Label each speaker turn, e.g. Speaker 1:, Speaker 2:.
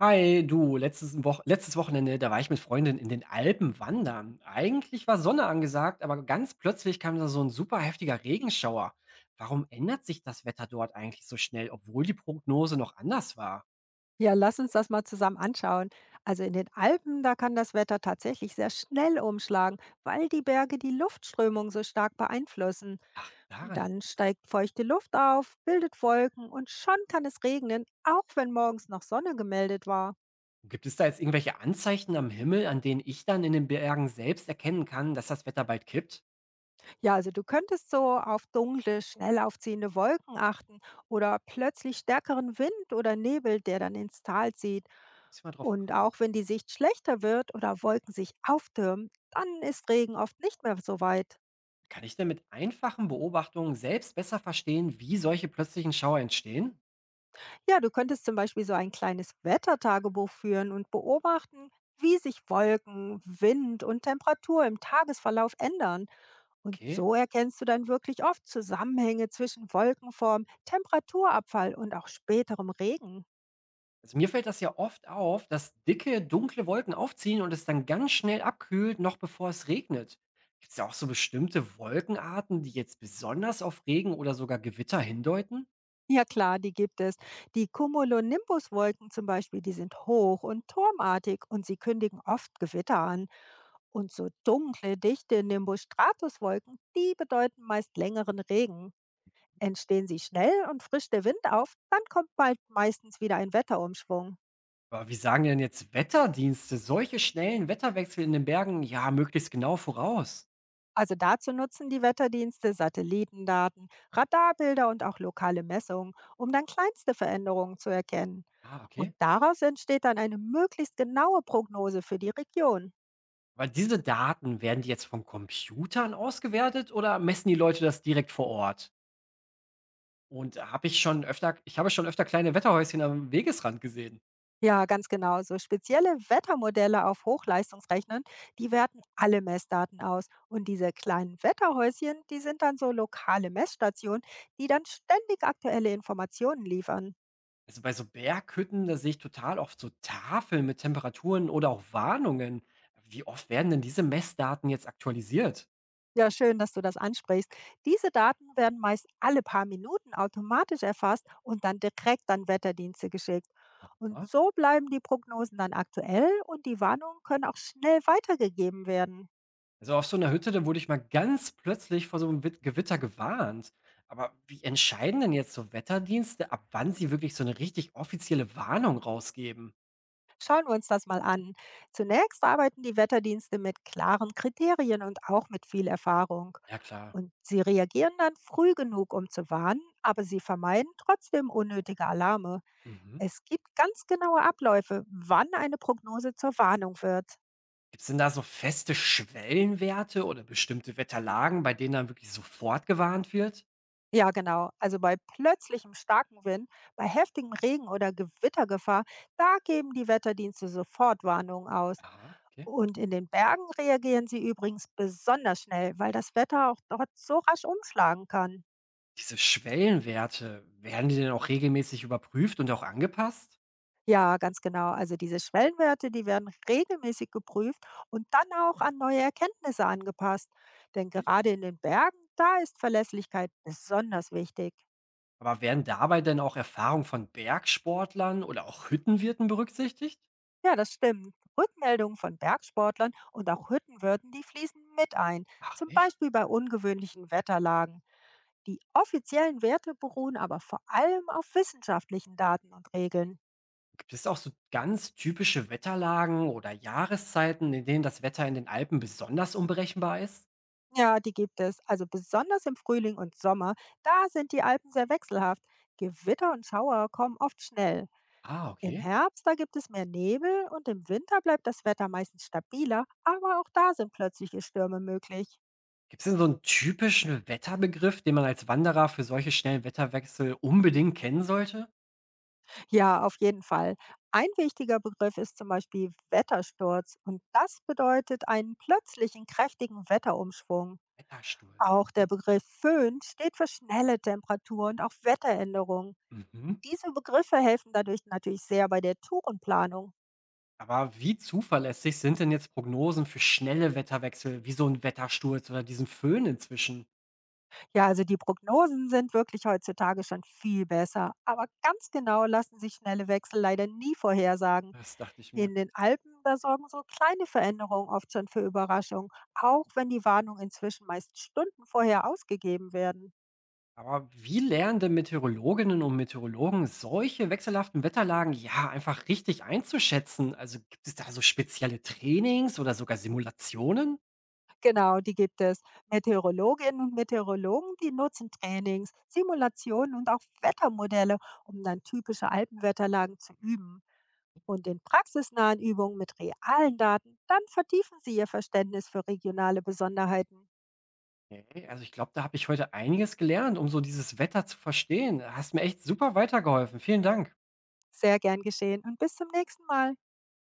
Speaker 1: Hi, du, letztes Wochenende, da war ich mit Freundin in den Alpen wandern. Eigentlich war Sonne angesagt, aber ganz plötzlich kam da so ein super heftiger Regenschauer. Warum ändert sich das Wetter dort eigentlich so schnell, obwohl die Prognose noch anders war?
Speaker 2: Ja, lass uns das mal zusammen anschauen. Also in den Alpen, da kann das Wetter tatsächlich sehr schnell umschlagen, weil die Berge die Luftströmung so stark beeinflussen.
Speaker 1: Ach,
Speaker 2: Und
Speaker 1: daran liegt
Speaker 2: dann
Speaker 1: das.
Speaker 2: steigt feuchte Luft auf, bildet Wolken und schon kann es regnen, auch wenn morgens noch Sonne gemeldet war.
Speaker 1: Gibt es da jetzt irgendwelche Anzeichen am Himmel, an denen ich dann in den Bergen selbst erkennen kann, dass das Wetter bald kippt?
Speaker 2: Ja, also du könntest so auf dunkle, schnell aufziehende Wolken achten oder plötzlich stärkeren Wind oder Nebel, der dann ins Tal zieht.
Speaker 1: Muss ich mal drauf
Speaker 2: Und
Speaker 1: achten.
Speaker 2: auch wenn die Sicht schlechter wird oder Wolken sich auftürmen, dann ist Regen oft nicht mehr so weit.
Speaker 1: Kann ich denn mit einfachen Beobachtungen selbst besser verstehen, wie solche plötzlichen Schauer entstehen?
Speaker 2: Ja, du könntest zum Beispiel so ein kleines Wettertagebuch führen und beobachten, wie sich Wolken, Wind und Temperatur im Tagesverlauf ändern. Und
Speaker 1: Okay.
Speaker 2: so erkennst du dann wirklich oft Zusammenhänge zwischen Wolkenform, Temperaturabfall und auch späterem Regen.
Speaker 1: Also mir fällt das ja oft auf, dass dicke, dunkle Wolken aufziehen und es dann ganz schnell abkühlt, noch bevor es regnet. Gibt es da auch so bestimmte Wolkenarten, die jetzt besonders auf Regen oder sogar Gewitter hindeuten?
Speaker 2: Ja klar, die gibt es. Die Cumulonimbus-Wolken zum Beispiel, die sind hoch und turmartig und sie kündigen oft Gewitter an. Und so dunkle, dichte Nimbus-Stratus-Wolken, die bedeuten meist längeren Regen. Entstehen sie schnell und frischt der Wind auf, dann kommt bald meistens wieder ein Wetterumschwung.
Speaker 1: Aber wie sagen denn jetzt Wetterdienste solche schnellen Wetterwechsel in den Bergen ja möglichst genau voraus?
Speaker 2: Also dazu nutzen die Wetterdienste Satellitendaten, Radarbilder und auch lokale Messungen, um dann kleinste Veränderungen zu erkennen.
Speaker 1: Ah,
Speaker 2: Und
Speaker 1: okay.
Speaker 2: daraus entsteht dann eine möglichst genaue Prognose für die Region.
Speaker 1: Weil diese Daten werden die jetzt von Computern ausgewertet oder messen die Leute das direkt vor Ort? Und habe ich schon öfter, ich habe schon öfter kleine Wetterhäuschen am Wegesrand gesehen.
Speaker 2: Ja, ganz genau. So spezielle Wettermodelle auf Hochleistungsrechnern, die werten alle Messdaten aus. Und diese kleinen Wetterhäuschen, die sind dann so lokale Messstationen, die dann ständig aktuelle Informationen liefern.
Speaker 1: Also bei so Berghütten, da sehe ich total oft so Tafeln mit Temperaturen oder auch Warnungen. Wie oft werden denn diese Messdaten jetzt aktualisiert?
Speaker 2: Ja, schön, dass du das ansprichst. Diese Daten werden meist alle paar Minuten automatisch erfasst und dann direkt an Wetterdienste geschickt. Und
Speaker 1: Ja?
Speaker 2: so bleiben die Prognosen dann aktuell und die Warnungen können auch schnell weitergegeben werden.
Speaker 1: Also auf so einer Hütte, da wurde ich mal ganz plötzlich vor so einem Gewitter gewarnt. Aber wie entscheiden denn jetzt so Wetterdienste, ab wann sie wirklich so eine richtig offizielle Warnung rausgeben?
Speaker 2: Schauen wir uns das mal an. Zunächst arbeiten die Wetterdienste mit klaren Kriterien und auch mit viel Erfahrung.
Speaker 1: Ja klar.
Speaker 2: Und sie reagieren dann früh genug, um zu warnen, aber sie vermeiden trotzdem unnötige Alarme.
Speaker 1: Mhm.
Speaker 2: Es gibt ganz genaue Abläufe, wann eine Prognose zur Warnung wird.
Speaker 1: Gibt es denn da so feste Schwellenwerte oder bestimmte Wetterlagen, bei denen dann wirklich sofort gewarnt wird?
Speaker 2: Ja, genau. Also bei plötzlichem starken Wind, bei heftigem Regen oder Gewittergefahr, da geben die Wetterdienste sofort Warnungen aus.
Speaker 1: Aha, okay.
Speaker 2: Und in den Bergen reagieren sie übrigens besonders schnell, weil das Wetter auch dort so rasch umschlagen kann.
Speaker 1: Diese Schwellenwerte, werden die denn auch regelmäßig überprüft und auch angepasst?
Speaker 2: Ja, ganz genau. Also diese Schwellenwerte, die werden regelmäßig geprüft und dann auch an neue Erkenntnisse angepasst. Denn
Speaker 1: Mhm.
Speaker 2: gerade in den Bergen, da ist Verlässlichkeit besonders wichtig.
Speaker 1: Aber werden dabei denn auch Erfahrungen von Bergsportlern oder auch Hüttenwirten berücksichtigt?
Speaker 2: Ja, das stimmt. Rückmeldungen von Bergsportlern und auch Hüttenwirten, die fließen mit ein.
Speaker 1: Ach
Speaker 2: Zum
Speaker 1: echt?
Speaker 2: Beispiel bei ungewöhnlichen Wetterlagen. Die offiziellen Werte beruhen aber vor allem auf wissenschaftlichen Daten und Regeln.
Speaker 1: Gibt es auch so ganz typische Wetterlagen oder Jahreszeiten, in denen das Wetter in den Alpen besonders unberechenbar ist?
Speaker 2: Ja, die gibt es. Also besonders im Frühling und Sommer, da sind die Alpen sehr wechselhaft. Gewitter und Schauer kommen oft schnell.
Speaker 1: Ah,
Speaker 2: Im
Speaker 1: okay.
Speaker 2: Herbst, da gibt es mehr Nebel und im Winter bleibt das Wetter meistens stabiler, aber auch da sind plötzliche Stürme möglich.
Speaker 1: Gibt es denn so einen typischen Wetterbegriff, den man als Wanderer für solche schnellen Wetterwechsel unbedingt kennen sollte?
Speaker 2: Ja, auf jeden Fall. Ein wichtiger Begriff ist zum Beispiel Wettersturz und das bedeutet einen plötzlichen kräftigen Wetterumschwung.
Speaker 1: Wettersturz.
Speaker 2: Auch der
Speaker 1: Okay.
Speaker 2: Begriff Föhn steht für schnelle Temperatur und auch Wetteränderungen.
Speaker 1: Mhm.
Speaker 2: Diese Begriffe helfen dadurch natürlich sehr bei der Tourenplanung.
Speaker 1: Aber wie zuverlässig sind denn jetzt Prognosen für schnelle Wetterwechsel, wie so ein Wettersturz oder diesen Föhn inzwischen?
Speaker 2: Ja, also die Prognosen sind wirklich heutzutage schon viel besser. Aber ganz genau lassen sich schnelle Wechsel leider nie vorhersagen.
Speaker 1: Das dachte ich mir.
Speaker 2: In den Alpen, da sorgen so kleine Veränderungen oft schon für Überraschungen, auch wenn die Warnungen inzwischen meist Stunden vorher ausgegeben werden.
Speaker 1: Aber wie lernen denn Meteorologinnen und Meteorologen, solche wechselhaften Wetterlagen, ja, einfach richtig einzuschätzen? Also, gibt es da so spezielle Trainings oder sogar Simulationen?
Speaker 2: Genau, die gibt es. Meteorologinnen und Meteorologen, die nutzen Trainings, Simulationen und auch Wettermodelle, um dann typische Alpenwetterlagen zu üben, und in praxisnahen Übungen mit realen Daten, dann vertiefen Sie Ihr Verständnis für regionale Besonderheiten.
Speaker 1: Okay, also ich glaube, da habe ich heute einiges gelernt, um so dieses Wetter zu verstehen. Hast mir echt super weitergeholfen. Vielen Dank.
Speaker 2: Sehr gern geschehen und bis zum nächsten Mal.